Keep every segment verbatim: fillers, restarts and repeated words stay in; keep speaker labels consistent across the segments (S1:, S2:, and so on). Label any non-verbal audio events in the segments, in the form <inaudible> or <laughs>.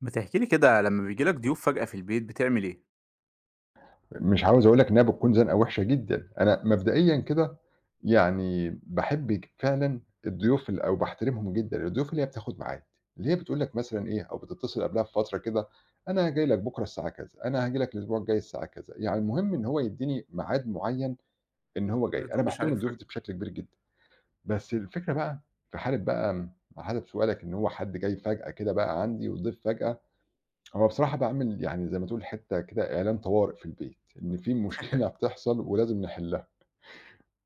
S1: ما تحكي لي كده لمّا بييجي لك ضيوف فجأة في البيت بتعمل إيه؟
S2: مش عاوز أقول لك إنها بتكون زنقة وِحشة جدًا، أنا مبدئيًا كده يعني باحب ج فعلًا الضيوف ال أو باحترمهم جدًا، الضيوف اللي هي بتاخد ميعاد، اللي هي بتقول لك مثلًا إيه، أو بتتصل قبلها بفترة كده، أنا جاي لك بكرة الساعة كذا، أنا هاجي لك الأسبوع الجاي الساعة كذا، يعني المهم إن هو يدّيني ميعاد معيّن إن هو
S1: ما
S2: جاي، أنا
S1: يطبش
S2: باحترم
S1: عليك
S2: الضيوف
S1: فجأة.
S2: دي بشكل كبير جدًا، بس الفكرة بقى في حالة بقى م على حسب سؤالك إن هو حد جاي فجأة كده بقى عندي وضيف فجأة. هو بصراحة باعمل يعني زي ما تقول حتّة كده إعلان طوارئ في البيت، إن في مشكلة <laughs>
S1: <laughs>
S2: بتحصل ولازم نحلّها.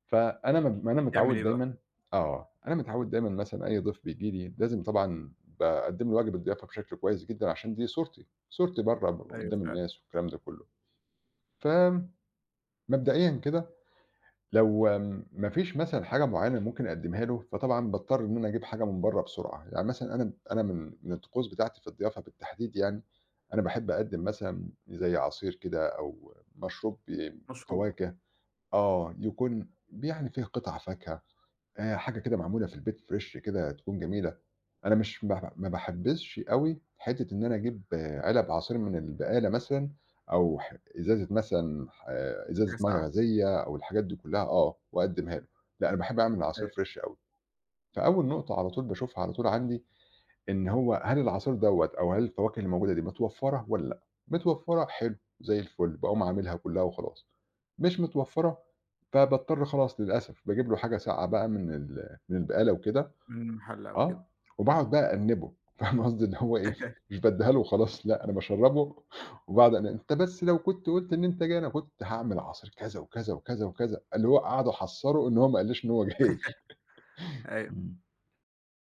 S2: فأنا م أنا
S1: تعمل
S2: متعوّد
S1: إيه بقى؟
S2: دايمًا. آه، أنا متعوّد دايمًا مثلًا أي ضيف بييجي لي لازم طبعًا باقدّم له واجب الضيافة بشكل كويس جدًا عشان دي صورتي، صورتي برّه ب
S1: أيوه
S2: قدّام
S1: فعلًا،
S2: الناس والكلام ده كلّه. فمبدئيًا كده لو آمم ما فيش مثلًا حاجة معيّنة ممكن أقدّمها له، فطبعًا باضطر إن أنا أجيب حاجة من برّه بسرعة، يعني مثلًا أنا أنا من من الطقوس بتاعتي في الضيافة بالتحديد يعني، أنا باحب أقدّم مثلًا زي عصير كده أو مشروب ب
S1: مشروب،
S2: فواكه، آه، يكون ب يعني فيه قطع فاكهة، آآ حاجة كده معمولة في البيت fresh كده تكون جميلة. أنا مش ما ما باحبّذش أوي حتّة إن أنا أجيب آه، علب عصير من البقالة مثلًا أو ح إزازة مثلًا ح إزازة
S1: حاجة
S2: مَيّة
S1: ساقعة،
S2: غازية أو الحاجات دي كُلّها آه، وأقدّمها له. لأ أنا باحب أعمل العصير
S1: أيوه،
S2: فريش أوي، فأول نقطة على طول باشوفها على طول عندي إن هو هل العصير دوّة أو هل الفواكه اللي موجودة دي متوفّرة والّا لأ؟ متوفّرة حلو زي الفُل، باقوم عاملها كُلّها وخلاص، مش متوفّرة فباضطر خلاص للأسف باجيب له حاجة ساقعة بقى من ال من البقالة وكده.
S1: من محل أو كده،
S2: آه، وباقعد بقى أأنِّبه فاهمة <laughs> قصدي، اللي هو إيه، مش بادّيها له وخلاص، لأ أنا باشرّبه وباقعد أنا أنت بس لو كنت قُلت إن أنت جاي أنا كنت هاعمل عصير كذا، وكذا، وكذا، وكذا، اللي هو قعد أحَسّره إن هو ما قاليش إن هو جاي. <laughs>
S1: أيوه،
S2: إمم.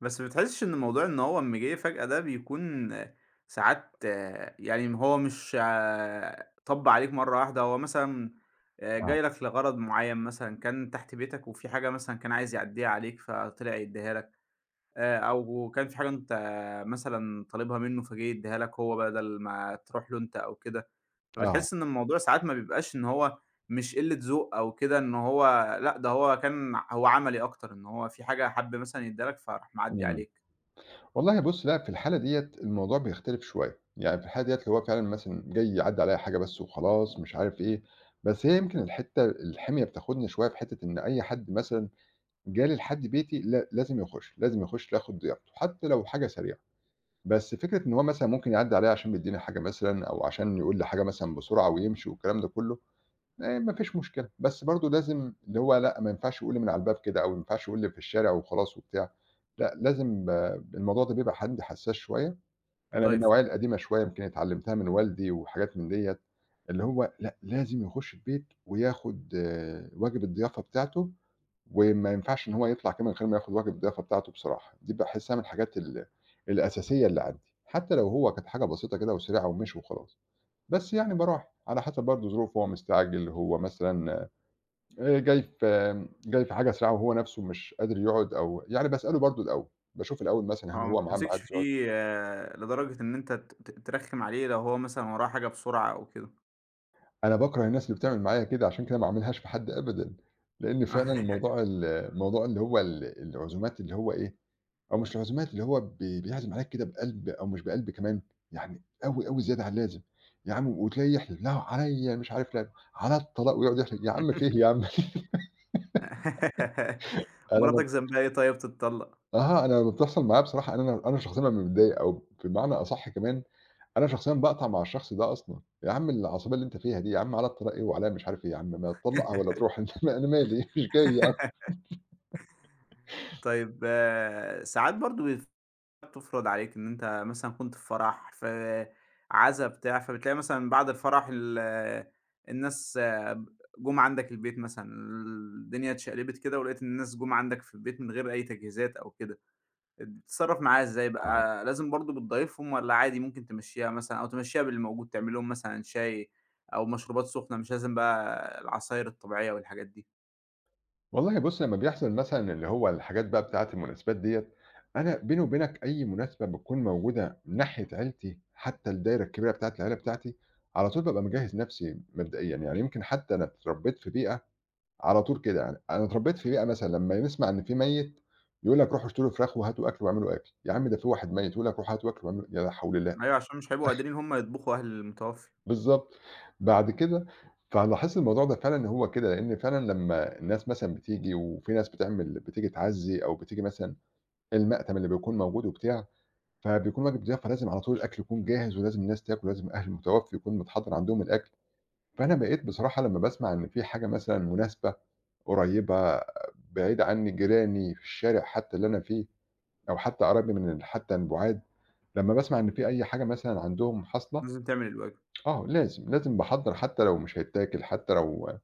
S1: بس ما بتحسش إن موضوع إن هو أمّا جه فجأة ده بيكون آه، ساعات آه، يعني هو مش آه، طَب عليك مرّة واحدة، هو مثلًا آآ
S2: آه،
S1: جاي لك لغرض معيّن مثلًا كان تحت بيتك وفي حاجة مثلًا كان عايز يعدّيها عليك فطلع يدّيها لك؟ آآ أو كان في حاجة أنت مثلًا طالبها منّه فجِه يدّيها لك هو بدل ما تروح له أنت أو كده،
S2: آه،
S1: فبتحس إن الموضوع ساعات ما بيبقاش إن هو مش قِلّة ذوق أو كده، إن هو لأ، ده هو كان هو عملي أكتر، إن هو في حاجة حَب مثلًا يدّيها لك فراح معدّي
S2: إمم.
S1: عليك،
S2: والله بُص، لأ في الحالة ديّة الموضوع بيختلف شوية، يعني في الحالة ديّة اللي هو فعلًا مثلًا جاي يعدّي عليَّ حاجة بس وخلاص مش عارف إيه، بس هي يمكن الحتّة الحمية بتاخدني شوية في حتّة إن أي حد مثلًا جالي لحد بيتي لا لازم يخش، لازم يخش ياخد ضيافته، حتى لو حاجة سريعة. بس فكرة إن هو مثلًا ممكن يعدّي عليَّ عشان بيدّيني حاجة مثلًا أو عشان يقول لي حاجة مثلًا بسرعة ويمشي والكلام ده كلّه، آآ ما فيش مشكلة، بس برضه لازم اللي هو لأ، ما ينفعش يقول لي من على الباب كده أو ما ينفعش يقول لي في الشارع وخلاص وبتاع، لأ لازم ب الموضوع ده بيبقى عندي حساس شوية. أنا من
S1: ضايفه،
S2: النوعية القديمة شوية، يمكن اتعلّمتها من والدي وحاجات من ديّة، اللي هو لأ، لازم يخُش البيت وياخُد واجب الضيافة بتاعته، وما ينفعش إن هو يطلع كده من غير ما ياخُد واجب الضيافة بتاعته بصراحة، دي باحسّها من الحاجات ال الأساسية اللي عندي، حتى لو هو كانت حاجة بسيطة كده وسريعة ومشي وخلاص. بس يعني باراعي، على حسب برضه ظروفه، هو مستعجل، هو مثلًا آآ جاي في جاي في حاجة سريعة وهو نَفْسه مش قادر يقعُد أو يعني باسأله برضه الأول، باشوف الأول مثلًا هل
S1: آه، ما
S2: هو معاه
S1: بتمسكش
S2: ميعاد يقعُد.
S1: فيه آه، لدرجة إن أنت ت ت ترخّم عليه لو هو مثلًا وراه حاجة بسرعة أو كده.
S2: أنا باكره الناس اللي بتعمل معايا كده، عشان كده ما اعملهاش في حد أبدًا، لإن
S1: <laughs> آه.
S2: فعلًا موضوع ال الموضوع اللي هو ال العزومات اللي هو إيه، أو مش العزومات اللي هو بي بيعزم عليك كده بقلب أو مش بقلب كمان، يعني أوي، أوي زيادة عن اللازم، يا عم وتلاقيه يحلف "لو عليّا مش عارف لا على الطلاق" ويقعد يحلف، يا عم في إيه يا عم؟ <laughs> أنا م
S1: مراتك ذنبها إيه طيب تتطلّق؟
S2: أها، أنا لمّا بتحصل معايا بصراحة يعني أنا أنا شخصيًا بابقى متضايق أو بمعنى أصح كمان أنا شخصيًا باقطع مع الشخص ده أصلًا، يا عم العصبية اللي أنت فيها دي، يا عم عليّا الطلاق إيه وعليّا مش عارف إيه، يا عم ما تطلّقها والّا تروح <laughs> أنت م أنا مالي <laughs> مش جاي يا عم.
S1: <laughs> طيب آه، ساعات برضه بيف تُفرض عليك إن أنت مثلًا كنت في فرح، في عزا، بتاع، فبتلاقي مثلًا بعد الفرح ال الناس جُم عندك البيت مثلًا، الدنيا اتشقلبت كده ولقيت إن الناس جُم عندك في البيت من غير أي تجهيزات أو كده، بتتصرّف معاها إزاي
S2: آه.
S1: بقى؟ لازم برضه بتضايفهم والّا عادي ممكن تمشّيها مثلًا أو تمشّيها باللي موجود، تعمل لهم مثلًا شاي أو مشروبات سخنة، مش لازم بقى العصاير الطبيعية والحاجات دي؟
S2: والله بُص لمّا بيحصل مثلًا اللي هو الحاجات بقى بتاعة المناسبات ديّة، أنا بيني وبينك أي مناسبة بتكون موجودة من ناحية عيلتي، حتى الدايرة الكبيرة بتاعة العيلة بتاعتي، على طول بابقى مجهّز نفسي مبدئيًا، يعني يمكن حتى أنا اتربيت في بيئة على طول كده يعني، أنا اتربيت في بيئة مثلًا لمّا نسمع إن في ميت، يقول لك روحوا اشتروا فراخ وهاتوا أكل واعملوا أكل، يا عم ده في واحد ميت يقول لك روحوا هاتوا أكل واعملوا يا لا حول الله!
S1: أيوه، عشان مش هيبقوا قادرين
S2: <laughs>
S1: هم يطبخوا أهل المتوفّي،
S2: بالضبط. بعد كده فلاحظت الموضوع ده فعلًا إن هو كده، لإن فعلًا لمّا الناس مثلًا بتيجي وفي ناس بتعمل بتيجي تعزّي أو بتيجي مثلًا المأتم اللي بيكون موجود وبتاع، فبيكون واجب ضيافة لازم على طول الأكل يكون جاهز ولازم الناس تاكل، ولازم أهل المتوفّي يكون متحضّر عندهم الأكل. فأنا بقيت بصراحة لمّا باسمع إن في حاجة مثلًا مناسبة قريّبة بعيدة عني، جيراني، في الشارع حتّى اللي أنا فيه أو حتّى قرايبي من ال حتّى البُعاد، لمّا باسمع إن في أي حاجة مثلًا عندهم حاصلة.
S1: لازم تعمل الواجب.
S2: آه، لازم، لازم باحضّر حتى لو مش هيتاكل، حتى لو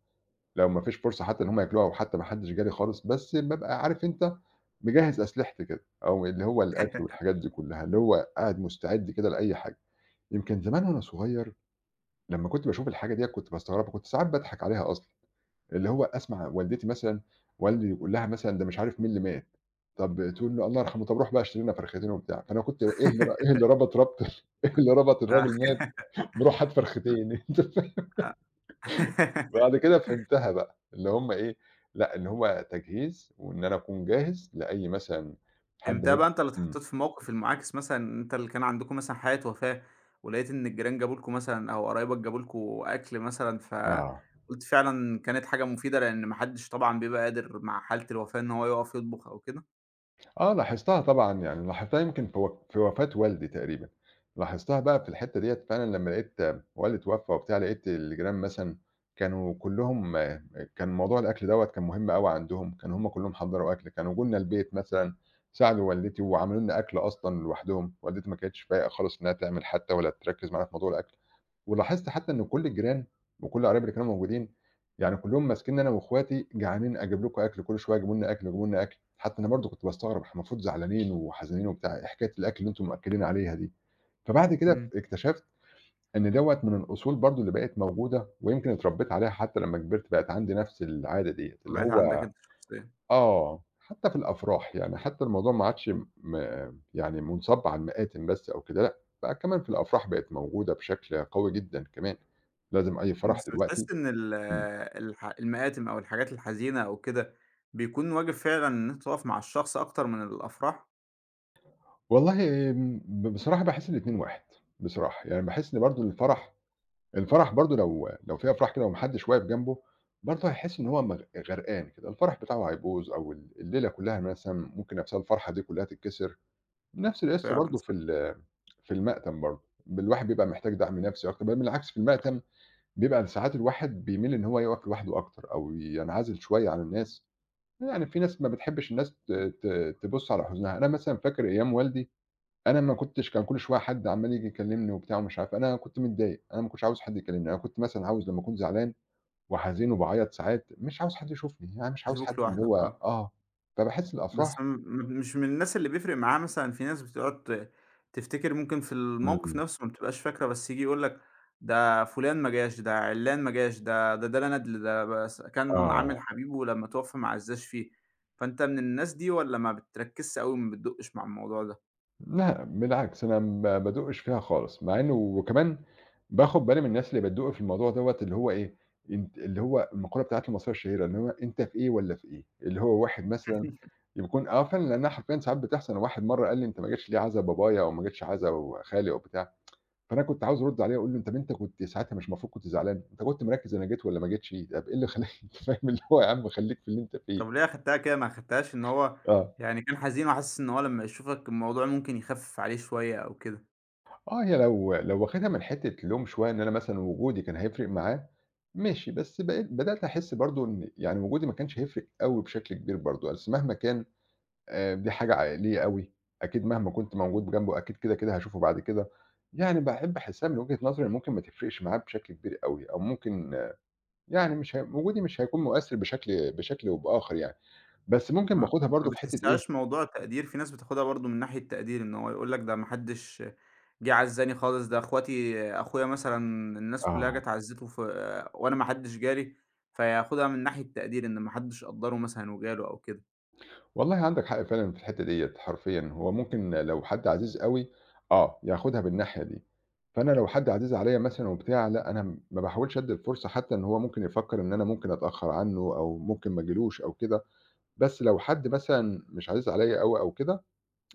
S2: لو ما فيش فرصة حتى إن هُم ياكلوها وحتى ما حدش جه لي خالص، بس بابقى عارف أنت مجهّز أسلحتي كده، أو اللي هو الأكل والحاجات دي كلّها، اللي هو قاعد مستعد كده لأي حاجة. يمكن زمان وأنا صغير لمّا كنت باشوف الحاجة ديّة كنت باستغربها، كنت ساعات باضحك عليها أصلًا، اللي هو أسمع والدتي مثلًا والدي يقول لها مثلًا ده مش عارف مين اللي مات، طَب تقول له الله يرحمه، طَب روح بقى اشتري لنا فرختين وبتاع، فأنا كنت إيه اللي إيه
S1: <laughs>
S2: اللي ربط ربط <laughs> إيه اللي ربط
S1: آه.
S2: الراجل مات
S1: <laughs>
S2: بروح هات فرختين. <laughs>
S1: آه.
S2: بعد كده فهمتها بقى، اللي هم إيه، لأ إن هو تجهيز وإن أنا أكون جاهز لأي مثلًا حد
S1: فهمتها
S2: هي
S1: بقى أنت اللي
S2: إمم،
S1: اتحطيت في الموقف المُعاكس مثلًا، ان أنت اللي كان عندكم مثلًا حالة وفاة، ولقيت إن الجيران جابوا لكم مثلًا أو قرايبك جابوا لكم أكل مثلًا،
S2: آه،
S1: فقُلت فعلًا كانت حاجة مفيدة، لإن ما حدش طبعًا بيبقى قادر مع حالة الوفاة إن هو يُقف يطبخ أو كده،
S2: آه لاحظتها طبعًا، يعني لاحظتها يمكن في و في وفاة والدي تقريبًا، لاحظتها بقى في الحتّة ديّة فعلًا لمّا لقيت والدي اتوفى وبتاع، لقيت الجيران مثلًا كانوا كلّهم كان موضوع الأكل دوّة كان مهم أوي عندهم، كانوا هم كلّهم حضّروا أكل، كانوا جُه لنا البيت مثلًا، ساعدوا والدتي وعملوا لنا أكل أصلًا لوحدهم، والدتي ما كانتش فايقة خالص إنها تعمل حتى ولا تركّز معانا في موضوع الأكل. ولاحظت حتى إن كل الجيران وكل القرايب اللي كانوا موجودين، يعني كلّهم ماسكينّي أنا وأخواتي جعانين أجيب لكم أكل، كل شوية اجيبوا لنا أكل، اجيبوا لنا أكل، حتى أنا برضه كنت باستغرب إحنا المفروض زعلانين وحزينين وبتاع، إيه حكاية الأكل اللي أنتم مأكّلين عليها دي؟ فبعد كده إمم.
S1: إمم.
S2: ف اكتشفت إن دوّة من الأصول برضه اللي بقت موجودة ويمكن اتربيت عليها حتى لمّا كبرت بقت عندي نفس العادة ديّة، اللي
S1: فبقت عندك
S2: هو
S1: أنت شخصيًا.
S2: آه، حتى في الأفراح، يعني حتى الموضوع ما عادش م يعني مُنصَب على المآتم بس أو كده، لأ، بقى كمان في الأفراح بقت موجودة بشكل قوي جدًا كمان، لازم أي فرح
S1: بس
S2: دلوقتي
S1: بتحس إن ال
S2: إمم،
S1: الح المآتم أو الحاجات الحزينة أو كده، بيكون واجب فعلًا إن أنت تُقف مع الشخص أكتر من الأفراح؟
S2: والله آمم، ب بصراحة باحس الاتنين واحد، بصراحة، يعني باحس إن برضه الفرح الفرح برضه لو لو في أفراح كده وما حدش واقف جنبه، برضه هيحس إن هو مغ غرقان كده، الفرح بتاعه هيبوظ أو ال الليلة كلّها مثلًا ممكن نفْسها الفرحة دي كلّها تتكسر. نفس القصة
S1: فعلًا
S2: برضه في
S1: صح،
S2: ال في المأتم برضه، ب الواحد بيبقى محتاج دعم نفسي أكتر، بل بالعكس في المأتم بيبقى ساعات الواحد بيميل إن هو يقف لوحده أكتر أو ينعزل شوية عن الناس، يعني في ناس ما بتحبش الناس ت ت تبُص على حزنها، أنا مثلًا فاكر أيام والدي أنا ما كنتش كان كل شوية حد عمّال ييجي يكلمني وبتاع ومش عارف أنا كنت متضايق، أنا ما كنتش عاوز حد يكلمني، أنا كنت مثلًا عاوز لمّا أكون زعلان وحزين وباعيط ساعات مش عاوز حد يشوفني، يعني مش عاوز
S1: بيسيبوك
S2: حد اللي
S1: لوحدك،
S2: هو
S1: آه.
S2: آه، فباحس
S1: بس م
S2: الأفراح
S1: م مش من الناس اللي بيفرق معاه مثلًا، في ناس بتقعد ت تفتكر ممكن في الموقف
S2: إمم،
S1: نفسه ما بتبقاش فاكرة، بس ييجي يقول لك ده فلان ما جاش، ده عِلّان ما جاش، ده ده ده لا ندل، ده بس كان
S2: آه.
S1: عامل حبيبه لمّا توفى ما عزّاش فيه، فأنت من الناس دي والّا ما بتركّزش أوي وما بتدُقّش مع الموضوع ده؟
S2: لأ، بالعكس أنا ما بادوقش فيها خالص، مع إنه وكمان باخد بالي من الناس اللي بتدوق في الموضوع دوّة اللي هو إيه، أنت اللي هو المقولة بتاعة المصرية الشهيرة اللي هو أنت في إيه والّا في إيه، اللي هو واحد مثلًا يكون آه فعلًا لأنها حرفيًا ساعات بتحصل، أنا واحد مرّة قال لي: "أنت ما جيتش ليه عزا بابايا أو ما جيتش عزا خالي أو بتاع." فأنا كنت عاوز أرُد عليه وأقول له: "طَب أنت كنت ساعتها مش المفروض كنت زعلان، أنت كنت مركّز أنا جيت والّا ما جيتش، طَب إيه اللي خلاك" <laughs> أنت فاهم اللي هو يا عم خلّيك في اللي أنت فيه.
S1: طب ليه أخدتها كده ما أخدتهاش إن هو
S2: آه.
S1: يعني كان حزين وحاسس إن هو لمّا يشوفك الموضوع ممكن يخفف عليه شوية أو كده؟
S2: آه، هي لو لو واخدها من حتّة لوم شوية إن أنا مثلًا وجودي كان هيفرق معاه، ماشي، بس بقيت بدأت أحس برضه إن يعني وجودي ما كانش هيفرق أوي بشكل كبير برضه، أصل مهما كان آآ دي حاجة ع ليّا أوي، أكيد مهما كنت موجود جنبه أكيد كده، كده هاشوفه بعد كده، يعني باحب أحسّها من وجهة نظري إن ممكن ما تفرقش معاه بشكل كبير أوي، أو ممكن آه، يعني مش هي وجودي مش هيكون مؤثّر بشكل بشكل وبآخر يعني، بس ممكن
S1: ما
S2: باخدها
S1: ما
S2: برضه في حتّة إيه
S1: بتحسّهاش موضوع تقدير، في ناس بتاخدها برضه من ناحية تقدير، إن هو يقول لك ده ما حدّش جِه عزّاني خالص، ده أخواتي أخويا مثلًا الناس كلّها
S2: آه.
S1: جات عزّته ف وأنا ما حدّش جالي، فياخدها من ناحية تقدير إن ما حدّش قدّره مثلًا وجاله أو كده
S2: والله عندك حق فعلًا في الحتّة ديّة حرفيًا، هو ممكن لو حد عزيز أوي آه، ياخدها بالناحية دي، فأنا لو حد عزيز عليّا مثلًا وبتاع لأ، أنا م ما باحاولش أدّي الفرصة حتى إن هو ممكن يفكّر إن أنا ممكن أتأخّر عنّه أو ممكن ما اجيلوش أو كده، بس لو حد مثلًا مش عزيز عليّا أوي أو كده،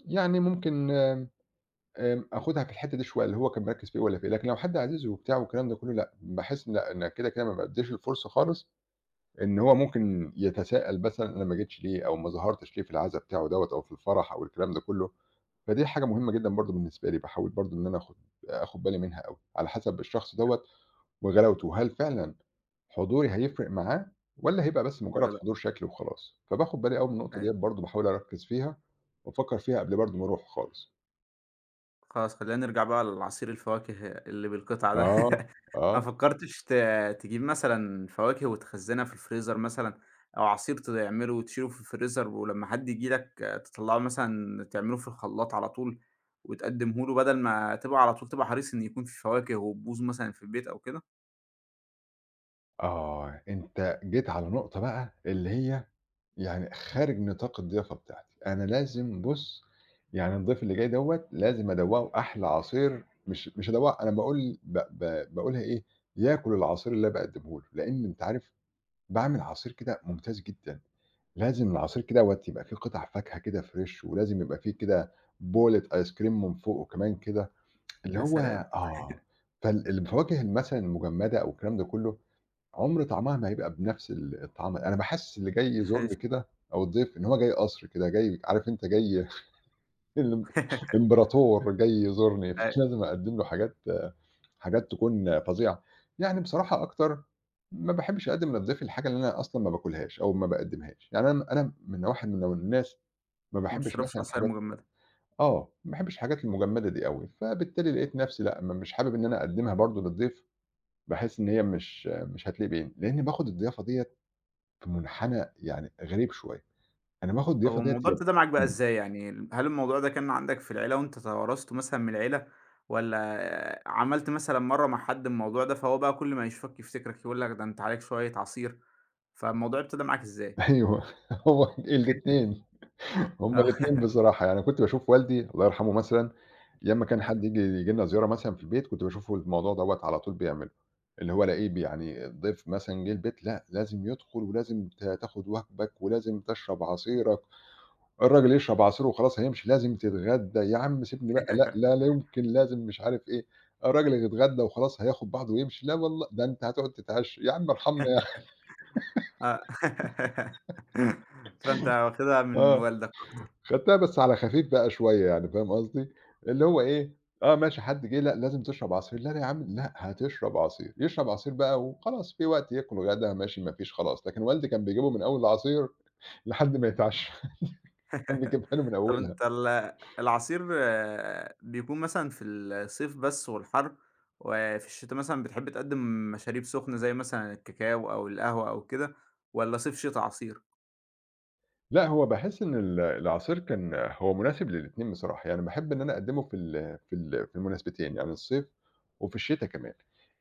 S2: يعني ممكن آمم، آمم، آخُدها في الحتّة دي شوية اللي هو كان مركّز في إيه والّا في إيه، لكن لو حد عزيز وبتاع والكلام ده كلّه لأ، باحس لأ، أنا كده، كده ما بادّيش الفرصة خالص إن هو ممكن يتساءل مثلًا أنا ما جيتش ليه، أو ما ظهرتش ليه في العزا بتاعه دوّة أو في الفرح أو الكلام ده كله، فدي حاجة مهمة جدًا برضه بالنسبة لي، باحاول برضه إن أنا آخُد آخُد بالي منها أوي، على حسب الشخص دوّة وغلاوته، هل فعلًا حضوري هيفرق معاه والّا هيبقى بس مجرد
S1: والّا لأ؟
S2: حضور شكلي وخلاص؟ فباخُد بالي أوي من النقطة
S1: يعني
S2: ديّة برضه باحاول أركّز فيها وأفكّر فيها قبل برضه ما أروح خالص.
S1: خلاص خلّينا نرجع بقى لعصير الفواكه اللي بالقطعة ده.
S2: آه،
S1: ما
S2: آه.
S1: فكرتش ت تجيب مثلًا فواكه وتخزّنها في الفريزر مثلًا، أو عصير تعمله وتشيله في الفريزر ولمّا حد ييجي لك تطلّعه مثلًا تعمله في الخلاط على طول وتقدّمه له بدل ما تبقى على طول تبقى حريص إن يكون في فواكه وتبوظ مثلًا في البيت أو كده؟
S2: آه، أنت جيت على نقطة بقى اللي هي يعني خارج نطاق الضيافة بتاعتي، أنا لازم بُص، يعني الضيف اللي جاي دوّة لازم أدوّقه أحلى عصير مش مش أدوّقه أنا باقول ب ب باقولها إيه، ياكل العصير اللي أنا باقدّمه له، لإن أنت عارف باعمل عصير كده ممتاز جدًا، لازم العصير كده دوّة يبقى فيه قطع فاكهة كده فريش ولازم يبقى فيه كده بولة آيس كريم من فوقه كمان كده، اللي
S1: يا
S2: هو
S1: سلام!
S2: آه، فال الفواكه مثلًا المجمدة أو الكلام ده كله عمر طعمها ما هيبقى بنفس ال الطعم، أنا باحسّس اللي جاي يزورني كده أو الضيف إن هو جاي قصر كده، جاي عارف أنت جاي <laughs> الإم
S1: <laughs>
S2: إمبراطور جاي يزورني،
S1: أيوه،
S2: <laughs> فلازم أقدّم له حاجات حاجات تكون فظيعة. يعني بصراحة أكتر ما باحبّش أقدّم للضيف الحاجة اللي أنا أصلًا ما باكلهاش أو ما باقدّمهاش، يعني أنا أنا من واحد من الناس ما
S1: <laughs> ما
S2: باحبّش
S1: بتشربش
S2: مثلًا
S1: عصاير
S2: الحاجات
S1: مجمدة.
S2: آه، ما باحبّش الحاجات المجمّدة دي أوي، فبالتالي لقيت نفسي لأ، م مش حابب إن أنا أقدّمها برضه للضيف، باحس إن هي مش مش هتليق بيه، لإن باخد الضيافة ديّة في منحنى يعني غريب شوية، أنا باخد
S1: طب
S2: الضيافة ديّة
S1: الموضوع
S2: يا
S1: ابتدى معاك بقى
S2: إمم،
S1: إزاي يعني؟ هل الموضوع ده كان عندك في العيلة وأنت توارثته مثلًا من العيلة، والّا عملت مثلًا مرّة مع حد الموضوع ده، فهو بقى كل ما يشوفك يفتكرك يقول لك ده أنت عليك شوية عصير، فالموضوع ابتدى معاك إزاي؟
S2: أيوه <laughs> هو الاتنين، هُم
S1: آه.
S2: الاتنين بصراحة، يعني كنت باشوف والدي الله يرحمه مثلًا، لمّا
S1: <laughs>
S2: كان
S1: ب
S2: حد ييجي ييجي لنا زيارة مثلًا في البيت، كنت باشوفه الموضوع دوّة على طول بيعمله، اللي هو ألاقيه ب يعني ضيف مثلًا جِه البيت لأ، لازم يدخل ولازم ت تاخد وجبك ولازم تشرب عصيرك. الراجل يشرب عصير وخلاص هيمشي، لازم تتغدى، يا عم سيبني بقى لأ، لا لا يمكن، لازم مش عارف إيه، الراجل هيتغدى وخلاص هياخد بعضه ويمشي، لا والله ده أنت هتقعد تتعشى، يا عم ارحمنا يا أخي
S1: آه. <laughs> فأنت واخدها
S2: <laughs>
S1: من
S2: آه،
S1: والدك.
S2: خدتها بس على خفيف بقى شوية يعني فاهم قصدي، اللي هو إيه، آه ماشي حد جه لأ، لازم تشرب عصير، لا لا يا عم لأ، هتشرب عصير، يشرب عصير بقى وخلاص في وقت ياكل غدا ماشي ما فيش خلاص، لكن والدي كان بيجيبه من أول العصير لحد ما يتعشى، <laughs> كان
S1: <laughs>
S2: بيجيبها له من
S1: طب
S2: أولها.
S1: أنت ال العصير آه، بيكون مثلًا في الصيف بس والحر، وفي الشتا مثلًا بتحب تقدّم مشاريب سخنة زي مثلًا الكاكاو أو القهوة أو كده، والّا صيف شتا عصير؟
S2: لأ، هو باحس إن ال العصير كان هو مناسب للاتنين بصراحة، يعني باحب إن أنا أقدّمه في ال في ال في المناسبتين، يعني الصيف وفي الشتا كمان.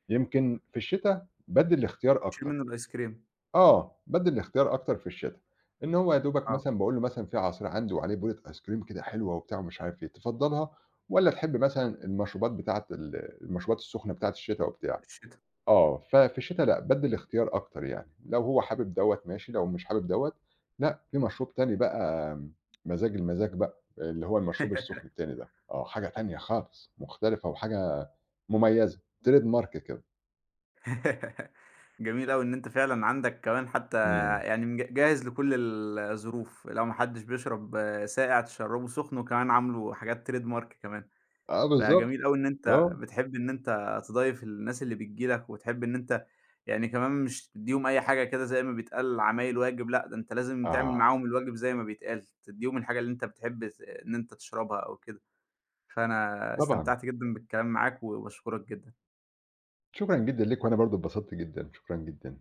S2: يمكن في الشتا بادّي الاختيار
S1: تشيل
S2: أكتر،
S1: منه الآيس كريم،
S2: آه، بادّي الاختيار أكتر في الشتا، إن هو يا دوبك
S1: آه،
S2: مثلًا باقول له مثلًا في عصير عندي وعليه بولة آيس كريم كده حلوة وبتاع ومش عارف إيه، تفضّلها والّا تحب مثلًا المشروبات بتاعة ال المشروبات السخنة بتاعة الشتا وبتاع؟
S1: الشتا.
S2: آه، ففي الشتا لأ، بادّي الاختيار أكتر يعني، لو هو حابب دوّة ماشي، لو مش حابب دوّة لأ، في مشروب تاني بقى مزاج المزاج بقى، اللي هو المشروب السخن التاني ده، آه، حاجة تانية خالص، مختلفة وحاجة مميزة، trade mark كده.
S1: <laughs> جميل أوي إن أنت فعلًا عندك كمان حتى
S2: إمم.
S1: يعني مج جاهز لكل الظروف، لو ما حدش بيشرب آه، ساقع تشربه سخن، وكمان عامله حاجات trade mark كمان،
S2: آه بالضبط،
S1: فجميل أوي إن أنت
S2: آه،
S1: بتحب إن أنت تضايف الناس اللي بتيجي لك، وتحب إن أنت يعني كمان مش تدّيهم أي حاجة كده زي ما بيتقال عمايل واجب، لأ ده أنت لازم تعمل
S2: آه،
S1: معاهم الواجب زي ما بيتقال، تدّيهم الحاجة اللي أنت بتحب ت إن أنت تشربها أو كده، فأنا
S2: طبعًا.
S1: استمتعت جدًا بالكلام معاك، وباشكرك جدًا.
S2: شكرًا جدًا ليك، وأنا برضه اتبسطت جدًا، شكرًا جدًا.